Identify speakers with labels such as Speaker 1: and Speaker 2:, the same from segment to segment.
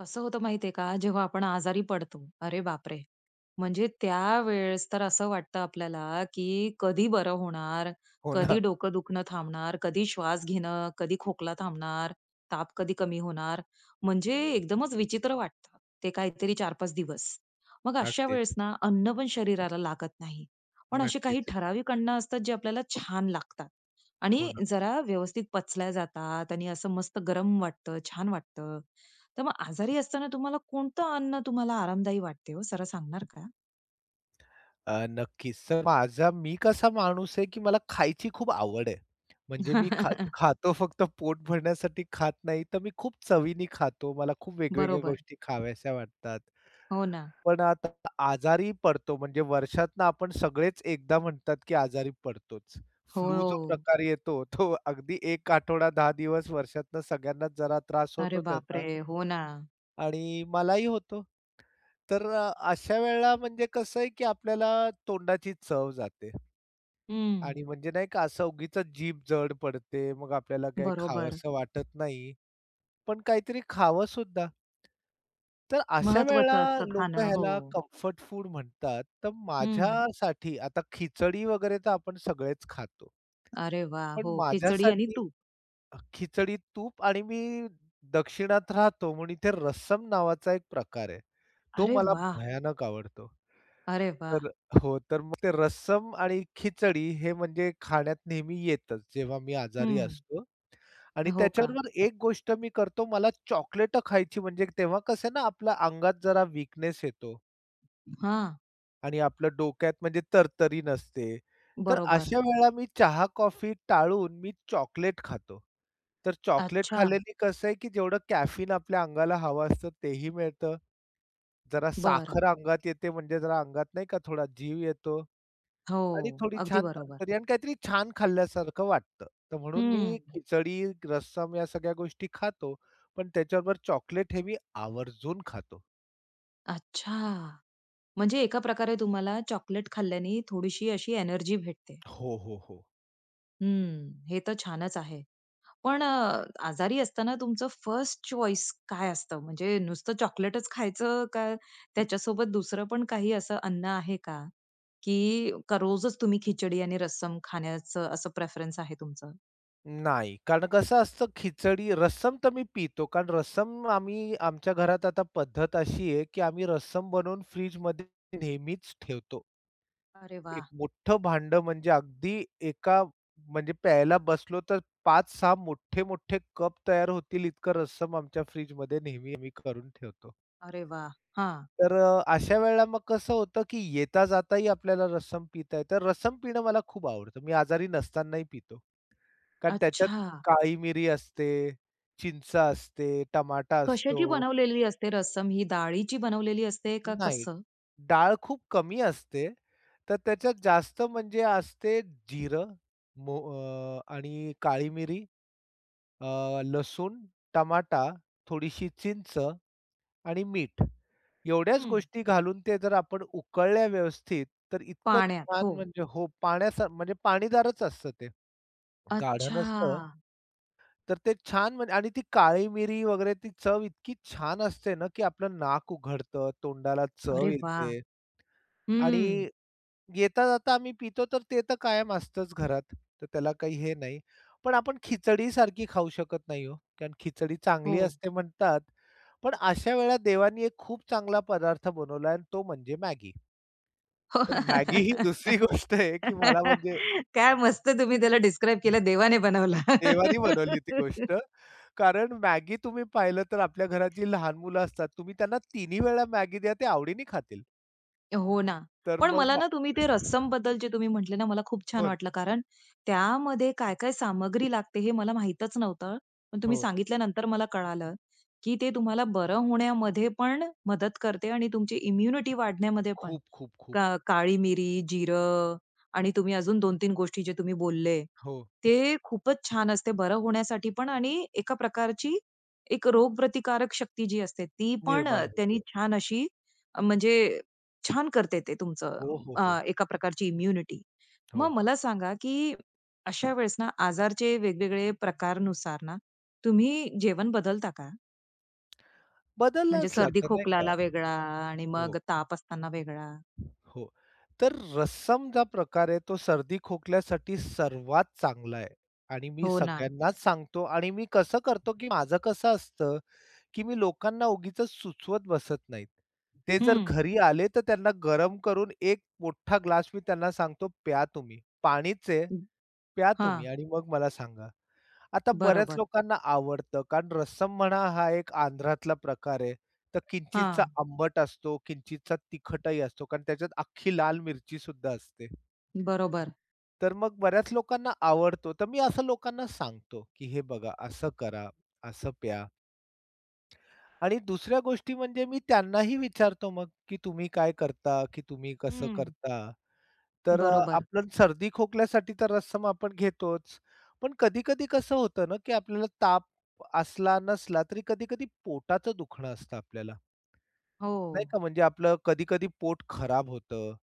Speaker 1: कसं होतं माहितीये का जेव्हा आपण आजारी पडतो? अरे बापरे! म्हणजे त्यावेळेस तर असं वाटतं आपल्याला की कधी बरं होणार,
Speaker 2: हो
Speaker 1: कधी
Speaker 2: ना.
Speaker 1: डोकं दुखणं थांबणार, कधी श्वास घेणं, कधी खोकला थांबणार, ताप कधी कमी होणार. म्हणजे एकदमच विचित्र वाटतं ते काहीतरी 4-5 दिवस. मग अशा
Speaker 2: अगदीच.
Speaker 1: वेळेस ना अन्न पण शरीराला लागत नाही. पण असे काही
Speaker 2: नक्कीच.
Speaker 1: ठराविक अन्न असतात जे आपल्याला छान लागतात
Speaker 2: हो
Speaker 1: आणि
Speaker 2: ना.
Speaker 1: जरा व्यवस्थित पचल्या जातात आणि असं मस्त गरम वाटतं, छान वाटतं. तर मग आजारी असताना तुम्हाला कोणतं अन्न तुम्हाला आरामदायी वाटते हो? जरा सांगणार का?
Speaker 2: नक्कीच. तर माझा मी कसा माणूस आहे, की मला खायची खूप आवड आहे. म्हणजे मी खा खातो फक्त पोट भरण्यासाठी खात नाही, तर मी खूप चवीने खातो. मला खूप वेगवेगळ्या
Speaker 1: बरोबर.
Speaker 2: गोष्टी खाव्याशा वाटतात.
Speaker 1: हो ना.
Speaker 2: पण आता आजारी पडतो म्हणजे वर्षातनं आपण सगळेच एकदा म्हणतात, की आजारी पडतोच.
Speaker 1: हो.
Speaker 2: फ्लू जो
Speaker 1: हो.
Speaker 2: प्रकार येतो, तो अगदी 1 आठवडा 10 दिवस वर्षातनं सगळ्यांनाच जरा त्रास
Speaker 1: अरे
Speaker 2: होतो त्याचा.
Speaker 1: बापरे! हो ना.
Speaker 2: आणि मलाही होतो. तर अशा वेळेला म्हणजे कसं आहे, की आपल्याला तोंडाची चव जाते
Speaker 1: हं.
Speaker 2: आणि म्हणजे नाही का असं उगीचच जीभ जड पडते. मग आपल्याला काही
Speaker 1: बरोबर.
Speaker 2: खावंसं वाटत नाही, पण काहीतरी खावं सुद्धा. तर अशा वेळेला
Speaker 1: महत्वाचं असतं
Speaker 2: लोकं
Speaker 1: खाणं. हो.
Speaker 2: ह्याला कम्फर्ट फूड म्हणतात. तर
Speaker 1: हं.
Speaker 2: माझ्यासाठी आता खिचडी वगैरे तर आपण सगळेच खातो.
Speaker 1: अरे वाह!
Speaker 2: पण
Speaker 1: हो. खिचडी आणि
Speaker 2: माझ्यासाठी
Speaker 1: तूप.
Speaker 2: खिचडी, तूप आणि मी दक्षिणात राहतो म्हणून इथे रस्सम नावाचा एक प्रकार आहे. तो
Speaker 1: अरे
Speaker 2: मला
Speaker 1: वाह!
Speaker 2: भयानक आवडतो.
Speaker 1: अरे वाह!
Speaker 2: तर हो, तर मग ते रस्सम आणि खिचडी हे म्हणजे खाण्यात नेहमी येतच जेव्हा मी आजारी
Speaker 1: हं.
Speaker 2: असतो आणि
Speaker 1: हो का?
Speaker 2: त्याच्याबरोबर एक गोष्ट मी करतो, मला चॉकलेट खायची म्हणजे तेव्हा कसं आहे ना आपल्या अंगात जरा वीकनेस येतो.
Speaker 1: हां.
Speaker 2: आणि आपल्या डोक्यात म्हणजे तरतरी नसते. तर
Speaker 1: बरोबर.
Speaker 2: अशा वेळेला मी चहा-कॉफी टाळून मी चॉकलेट खातो. तर चॉकलेट
Speaker 1: अच्छा.
Speaker 2: खाल्ल्याने कसं आहे, की जेवढं कॅफीन आपल्या अंगाला हवं असतं तेही मिळतं. जरा
Speaker 1: बरं.
Speaker 2: साखर अंगात येते म्हणजे जरा अंगात नाही का थोडा जीव येतो
Speaker 1: हो.
Speaker 2: आणि थोडी
Speaker 1: अगदी
Speaker 2: छान
Speaker 1: बरोबर.
Speaker 2: तरतरी आणि काहीतरी छान खाल्ल्यासारखं वाटतं. तर म्हणून
Speaker 1: हं.
Speaker 2: मी खिचडी, रस्सम या सगळ्या गोष्टी खातो. पण त्याच्याबरोबर चॉकलेट हे मी आवर्जून खातो.
Speaker 1: अच्छा. म्हणजे एका प्रकारे तुम्हाला चॉकलेट खाल्ल्याने थोडीशी अशी एनर्जी भेटते.
Speaker 2: हो, हो, हो.
Speaker 1: हम्म. हे तर छानच आहे. पण आजारी असताना तुमचं फर्स्ट चॉईस काय असतं? म्हणजे नुसतं चॉकलेटच खायचं का त्याच्यासोबत दुसरं पण काही असं अन्न आहे का? की का रोजच तुम्ही खिचडी आणि रस्सम खाण्याचं असं प्रेफरन्स आहे तुमचं?
Speaker 2: नाही, कारण कसं असतं खिचडी रस्सम तर मी पितो. कारण रस्सम आम्ही आमच्या घरात आता पद्धत अशी आहे, की आम्ही रस्सम बनवून फ्रिजमध्ये नेहमीच ठेवतो.
Speaker 1: अरे
Speaker 2: एक
Speaker 1: वाह!
Speaker 2: मोठं भांड म्हणजे अगदी एका म्हणजे प्यायला बसलो तर 5-6 मोठे-मोठे कप तयार होतील इतकं रस्सम आमच्या फ्रिजमध्ये नेहमी आम्ही करून ठेवतो.
Speaker 1: अरे वाह! हां.
Speaker 2: तर अशा वेळेला मग कसं होतं, की येता जाताही आपल्याला रस्सम पिता येतं. रस्सम पिणं मला खूप आवडतं. मी आजारी नसतानाही पितो. कारण त्याच्यात
Speaker 1: अच्छा.
Speaker 2: काळी मिरी असते, चिंच असते, टमाटा
Speaker 1: कशाची
Speaker 2: असतो.
Speaker 1: बनवलेली असते रस्सम, ही डाळीची बनवलेली असते का
Speaker 2: नाही,
Speaker 1: कसं?
Speaker 2: डाळ खूप कमी असते. तर त्याच्यात जास्त म्हणजे असते जिरं, आणि काळी मिरी, लसूण, टमाटा, थोडीशी चिंच आणि मीठ. एवढ्याच
Speaker 1: हं.
Speaker 2: गोष्टी घालून ते जर आपण उकळल्या व्यवस्थित, तर इतकं
Speaker 1: पाण्यात.
Speaker 2: छान
Speaker 1: हो.
Speaker 2: म्हणजे हो, पाण्यासा म्हणजे पाणीदारच असतं ते. गाढ
Speaker 1: अच्छा.
Speaker 2: नसतं. तर ते छान म्हणजे आणि ती काळी मिरी वगैरे ती चव इतकी छान असते ना, की आपलं नाक उघडतं, तोंडाला चव
Speaker 1: अरे वाह!
Speaker 2: येते आणि
Speaker 1: हम्म.
Speaker 2: येता-जाता आम्ही पितो तर ते तर कायम असतंच घरात. तर त्याला काही हे नाही. पण आपण खिचडीसारखी खाऊ शकत नाही हो, कारण खिचडी
Speaker 1: हो.
Speaker 2: चांगली असते म्हणतात. पण अशा वेळेला देवानी एक खूप चांगला पदार्थ बनवला आणि तो म्हणजे मॅगी. तर मॅगी ही दुसरी गोष्ट आहे, की मला म्हणजे
Speaker 1: काय मस्त तुम्ही त्याला डिस्क्राईब केलं, देवाने बनवला.
Speaker 2: देवानी बनवली ती गोष्ट. कारण मॅगी तुम्ही पाहिलं तर आपल्या घरात जी लहान मुलं असतात, तुम्ही त्यांना तिन्ही वेळा मॅगी द्या, ते आवडीने खातील.
Speaker 1: हो ना.
Speaker 2: तर
Speaker 1: पण
Speaker 2: मग
Speaker 1: मला
Speaker 2: मा
Speaker 1: ना तुम्ही ते रस्समबद्दल जे तुम्ही म्हटले ना, मला खूप छान
Speaker 2: हो,
Speaker 1: वाटलं. कारण त्यामध्ये काय-काय सामग्री लागते हे मला माहीतच नव्हतं. पण
Speaker 2: हो.
Speaker 1: तुम्ही सांगितल्यानंतर मला कळालं, की ते तुम्हाला बरं होण्यामध्ये पण मदत करते आणि तुमची इम्युनिटी वाढण्यामध्ये पण.
Speaker 2: खूप, खूप, खूप.
Speaker 1: का काळी मिरी, जिरं आणि तुम्ही अजून 2-3 गोष्टी जे तुम्ही बोलले,
Speaker 2: हो,
Speaker 1: ते खूपच छान असते बरं होण्यासाठी पण. आणि एका प्रकारची एक रोगप्रतिकारक शक्ती जी असते ती पण
Speaker 2: निर्माण
Speaker 1: त्यांनी
Speaker 2: होते.
Speaker 1: छान अशी म्हणजे छान करते ते तुमचं
Speaker 2: हो, हो, हो,
Speaker 1: एका प्रकारची इम्युनिटी.
Speaker 2: हो.
Speaker 1: मग मला सांगा, की अशा वेळेस ना आजारचे वेगवेगळे प्रकारनुसार ना, तुम्ही जेवण बदलता का? म्हणजे
Speaker 2: बदलावंच
Speaker 1: सर्दी
Speaker 2: लागतं नाही का?
Speaker 1: खोकलाला वेगळा आणि मग
Speaker 2: हो,
Speaker 1: ताप असताना वेगळा.
Speaker 2: हो. तर रस्सम जो प्रकार आहे, तो सर्दी खोकल्यासाठी सर्वात चांगला आहे आणि मी
Speaker 1: हो ना.
Speaker 2: सगळ्यांनाच सांगतो आणि मी कसं करतो, की माझं कसं असतं की मी लोकांना उगीचच सुचवत बसत नाहीत. ते जर
Speaker 1: हं.
Speaker 2: घरी आले तर त्यांना गरम करून एक मोठा ग्लास मी त्यांना सांगतो, "प्या तुम्ही. पाणीच आहे, प्या तुम्ही
Speaker 1: हां.
Speaker 2: आणि मग मला सांगा." आता बऱ्याच
Speaker 1: बरोबर.
Speaker 2: लोकांना आवडतं, कारण रस्सम म्हणा हा एक आंध्रातला प्रकार आहे. तर किंचितचा
Speaker 1: हां.
Speaker 2: आंबट असतो, किंचितचा तिखटही असतो, कारण त्याच्यात अख्खी लाल मिरचीसुद्धा असते.
Speaker 1: बरोबर.
Speaker 2: तर मग बऱ्याच लोकांना आवडतो. तर मी असं लोकांना सांगतो, की "हे बघा, असं करा, असं प्या." आणि दुसऱ्या गोष्टी म्हणजे मी त्यांनाही विचारतो मग, की तुम्ही काय करता? की तुम्ही कसं
Speaker 1: हं.
Speaker 2: करता? तर
Speaker 1: बरोबर.
Speaker 2: आपण सर्दी खोकल्यासाठी तर रस्सम आपण घेतोच. पण कधी-कधी कसं होतं ना, की आपल्याला ताप असला, नसला तरी कधी-कधी पोटाचं दुखणं असतं आपल्याला. नाही
Speaker 1: हो.
Speaker 2: का म्हणजे आपलं कधी-कधी पोट खराब होतं.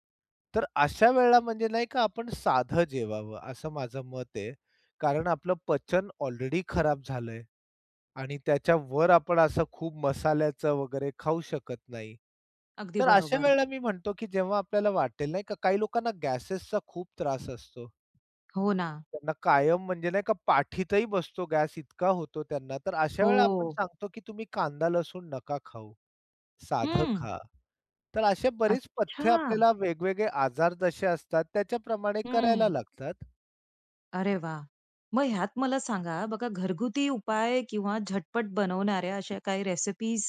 Speaker 2: तर अशा वेळेला म्हणजे नाही का आपण साधं जेवावं असं माझं मत आहे. कारण आपलं पचन ऑलरेडी खराब झालंय आणि त्याच्यावर आपण असं खूप मसाल्याचं वगैरे खाऊ शकत नाही.
Speaker 1: अगदी
Speaker 2: तर अशा
Speaker 1: बरोबर.
Speaker 2: वेळेला मी म्हणतो, की जेव्हा आपल्याला वाटेल नाही का काही लोकांना गॅसेसचा खूप त्रास असतो.
Speaker 1: हो ना.
Speaker 2: त्यांना कायम म्हणजे नाही का पाठीतही बसतो गॅस इतका होतो त्यांना. तर अशा
Speaker 1: हो.
Speaker 2: वेळेला आपण सांगतो, की तुम्ही कांदा लसूण नका खाऊ. साधं
Speaker 1: हं.
Speaker 2: खा. तर असे बरीच पथ्य
Speaker 1: अच्छा.
Speaker 2: आपल्याला वेगवेगळे आजार जसे असतात त्याच्याप्रमाणे
Speaker 1: हं.
Speaker 2: करायला लागतात.
Speaker 1: अरे वा, मग ह्यात मला सांगा बघा, घरगुती उपाय किंवा झटपट बनवणाऱ्या अशा काही रेसिपीज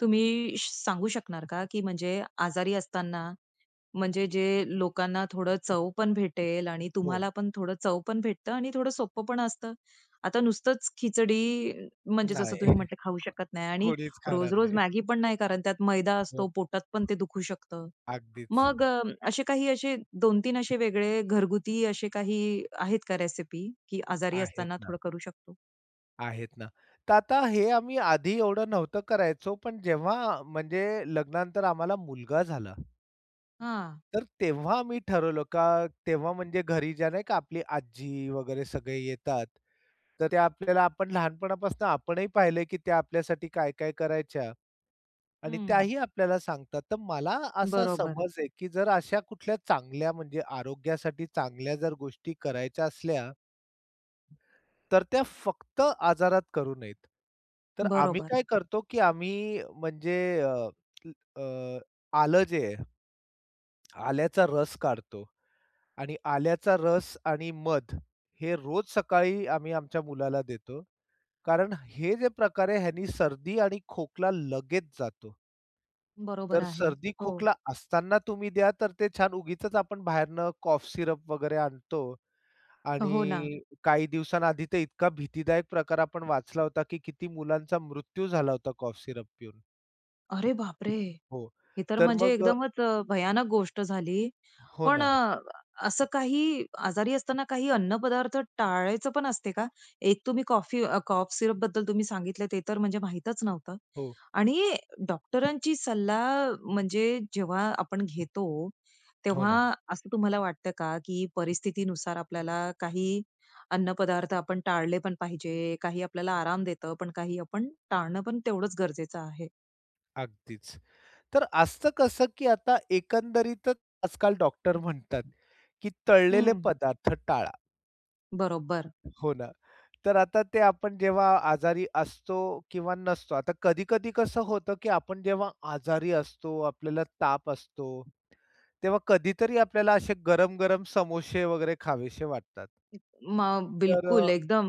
Speaker 1: तुम्ही सांगू शकणार का? की म्हणजे आजारी असताना म्हणजे जे लोकांना थोडं चव पण भेटेल आणि
Speaker 2: हो.
Speaker 1: तुम्हाला पण थोडं चव पण भेटतं आणि थोडं सोपं पण असतं. आता नुसतंच खिचडी म्हणजे जसं
Speaker 2: नाही,
Speaker 1: तुम्ही म्हटलं खाऊ शकत नाही आणि
Speaker 2: कोणीच खाणार
Speaker 1: रोज-रोज
Speaker 2: नाही.
Speaker 1: मॅगी पण नाही, कारण त्यात मैदा
Speaker 2: हो,
Speaker 1: असतो, पोटात पण ते दुखू शकतं.
Speaker 2: अगदीच.
Speaker 1: मग असे काही असे 2-3 असे वेगळे घरगुती असे काही आहेत का रेसिपी, की आजारी
Speaker 2: आहेत
Speaker 1: असताना
Speaker 2: ना,
Speaker 1: थोडं करू शकतो?
Speaker 2: आहेत ना. तर आता हे आम्ही आधी एवढं नव्हतं करायचो, पण जेव्हा म्हणजे लग्नानंतर आम्हाला मुलगा झाला,
Speaker 1: हां.
Speaker 2: तर तेव्हा आम्ही ठरवलं का तेव्हा म्हणजे घरी ज्या नाही का आपली आजी वगैरे सगळे येतात, तर त्या आपल्याला आपण लहानपणापासून आपणही पाहिलंय की त्या आपल्यासाठी काय-काय करायच्या. आणि
Speaker 1: हं.
Speaker 2: त्याही आपल्याला सांगतात. तर मला असा
Speaker 1: बरोबर.
Speaker 2: समज आहे, की जर अशा कुठल्या चांगल्या म्हणजे आरोग्यासाठी चांगल्या जर गोष्टी करायच्या असल्या, तर त्या फक्त आजारात करू नयेत. तर आम्ही
Speaker 1: बरोबर.
Speaker 2: काय करतो, की आम्ही म्हणजे अ, अ, आलं जे आहे, आल्याचा रस काढतो आणि आल्याचा रस आणि मध हे रोज सकाळी आम्ही आमच्या मुलाला देतो. कारण हे जे प्रकार आहे ह्यानी सर्दी आणि खोकला लगेच जातो.
Speaker 1: बरोबर
Speaker 2: तर
Speaker 1: आहे.
Speaker 2: सर्दी
Speaker 1: हो.
Speaker 2: खोकला असताना तुम्ही द्या, तर ते छान उगीचच आपण बाहेरनं कॉफ सिरप वगैरे आणतो
Speaker 1: हो ना.
Speaker 2: आणि काही दिवसांआधी तर इतका भीतीदायक प्रकार आपण वाचला होता, की किती मुलांचा मृत्यू झाला होता कॉफ सिरप पिऊन.
Speaker 1: अरे बापरे!
Speaker 2: हो.
Speaker 1: हे तर
Speaker 2: तर
Speaker 1: म्हणजे
Speaker 2: मग
Speaker 1: एकदमच भयानक गोष्ट झाली.
Speaker 2: हो
Speaker 1: पण
Speaker 2: ना.
Speaker 1: असं काही आजारी असताना काही अन्नपदार्थ टाळायचं पण असते का? एक तुम्ही कॉफ सिरप बद्दल तुम्ही सांगितलं ते तर म्हणजे माहीतच नव्हतं.
Speaker 2: हो,
Speaker 1: आणि डॉक्टरांची सल्ला म्हणजे जेव्हा आपण घेतो,
Speaker 2: हो
Speaker 1: तेव्हा
Speaker 2: ना.
Speaker 1: असं तुम्हाला वाटतं का, की परिस्थितीनुसार आपल्याला काही अन्नपदार्थ आपण टाळले पण पाहिजे, काही आपल्याला आराम देतं, पण काही आपण टाळणं पण तेवढंच गरजेचं आहे.
Speaker 2: अगदीच. तर असतं कसं, की आता एकंदरीतच आजकाल डॉक्टर म्हणतात, की तळलेले
Speaker 1: हं.
Speaker 2: पदार्थ टाळा.
Speaker 1: बरोबर.
Speaker 2: हो ना. तर आता ते आपण जेव्हा आजारी असतो किंवा नसतो, आता कधी-कधी कसं होतं, की आपण जेव्हा आजारी असतो, आपल्याला ताप असतो, तेव्हा कधीतरी आपल्याला असे गरम-गरम समोसे वगैरे खावेसे वाटतात.
Speaker 1: मग
Speaker 2: तर अ,
Speaker 1: बिलकुल एकदम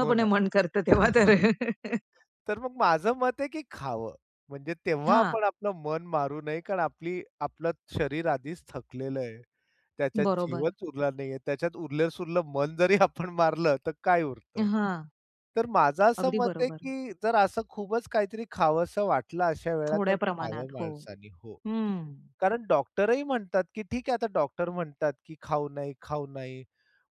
Speaker 2: हो ना.
Speaker 1: मन करतं तेव्हा तर.
Speaker 2: तर मग माझं मत आहे की खावं. म्हणजे तेव्हा
Speaker 1: हां,
Speaker 2: आपण आपलं मन मारू नये, कारण आपलं शरीर आधीच थकलेलं आहे. त्याच्यात
Speaker 1: बरोबर.
Speaker 2: जीवच उरला नाहीये. त्याच्यात उरलं-सुरलं मन जरी आपण मारलं, तर काय उरतं?
Speaker 1: हां,
Speaker 2: तर माझं असं
Speaker 1: अगदी
Speaker 2: मत आहे
Speaker 1: बरोबर.
Speaker 2: की जर असं खूपच काहीतरी खावंसं वाटलं अशा वेळा, तर
Speaker 1: थोड्या
Speaker 2: खावं
Speaker 1: प्रमाणात. हो.
Speaker 2: माणसानी. हो.
Speaker 1: हं.
Speaker 2: कारण डॉक्टरही म्हणतात की ठीक आहे, आता डॉक्टर म्हणतात की खाऊ नाही, खाऊ नाही.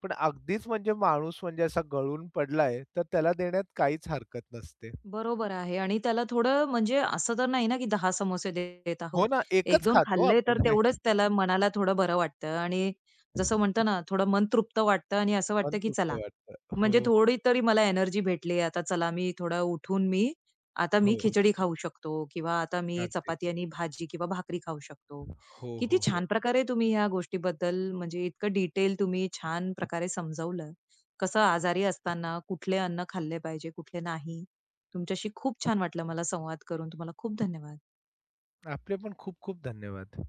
Speaker 2: पण अगदीच म्हणजे माणूस म्हणजे असा गळून पडलाय, तर त्याला देण्यात काहीच हरकत नसते.
Speaker 1: बरोबर आहे. आणि त्याला थोडं म्हणजे असं तर नाही ना, की 10 समोसे देत आहोत.
Speaker 2: हो ना, एकच
Speaker 1: 1-2
Speaker 2: खातो
Speaker 1: खाल्ले तर
Speaker 2: आपण एक
Speaker 1: तेवढंच त्याला मनाला थोडं बरं वाटतं आणि जसं म्हणतो ना, थोडं मन तृप्त वाटतं आणि असं
Speaker 2: मन
Speaker 1: वाटतं, की
Speaker 2: तृप्त
Speaker 1: चला,
Speaker 2: वाटतं. हो,
Speaker 1: म्हणजे
Speaker 2: हो,
Speaker 1: थोडी तरी मला एनर्जी भेटली. आता चला, मी थोडं उठून मी आता मी
Speaker 2: हो.
Speaker 1: खिचडी खाऊ शकतो किंवा आता मी
Speaker 2: अगदीच.
Speaker 1: चपाती आणि भाजी किंवा भाकरी खाऊ शकतो.
Speaker 2: हो, हो,
Speaker 1: किती
Speaker 2: हो.
Speaker 1: छान प्रकारे तुम्ही ह्या गोष्टीबद्दल म्हणजे इतकं डिटेल तुम्ही छान प्रकारे समजावलं. कसं आजारी असताना कुठले अन्न खाल्ले पाहिजे, कुठले नाही. तुमच्याशी खूप छान वाटलं मला संवाद करून. तुम्हाला खूप धन्यवाद.
Speaker 2: आपले पण खूप खूप धन्यवाद.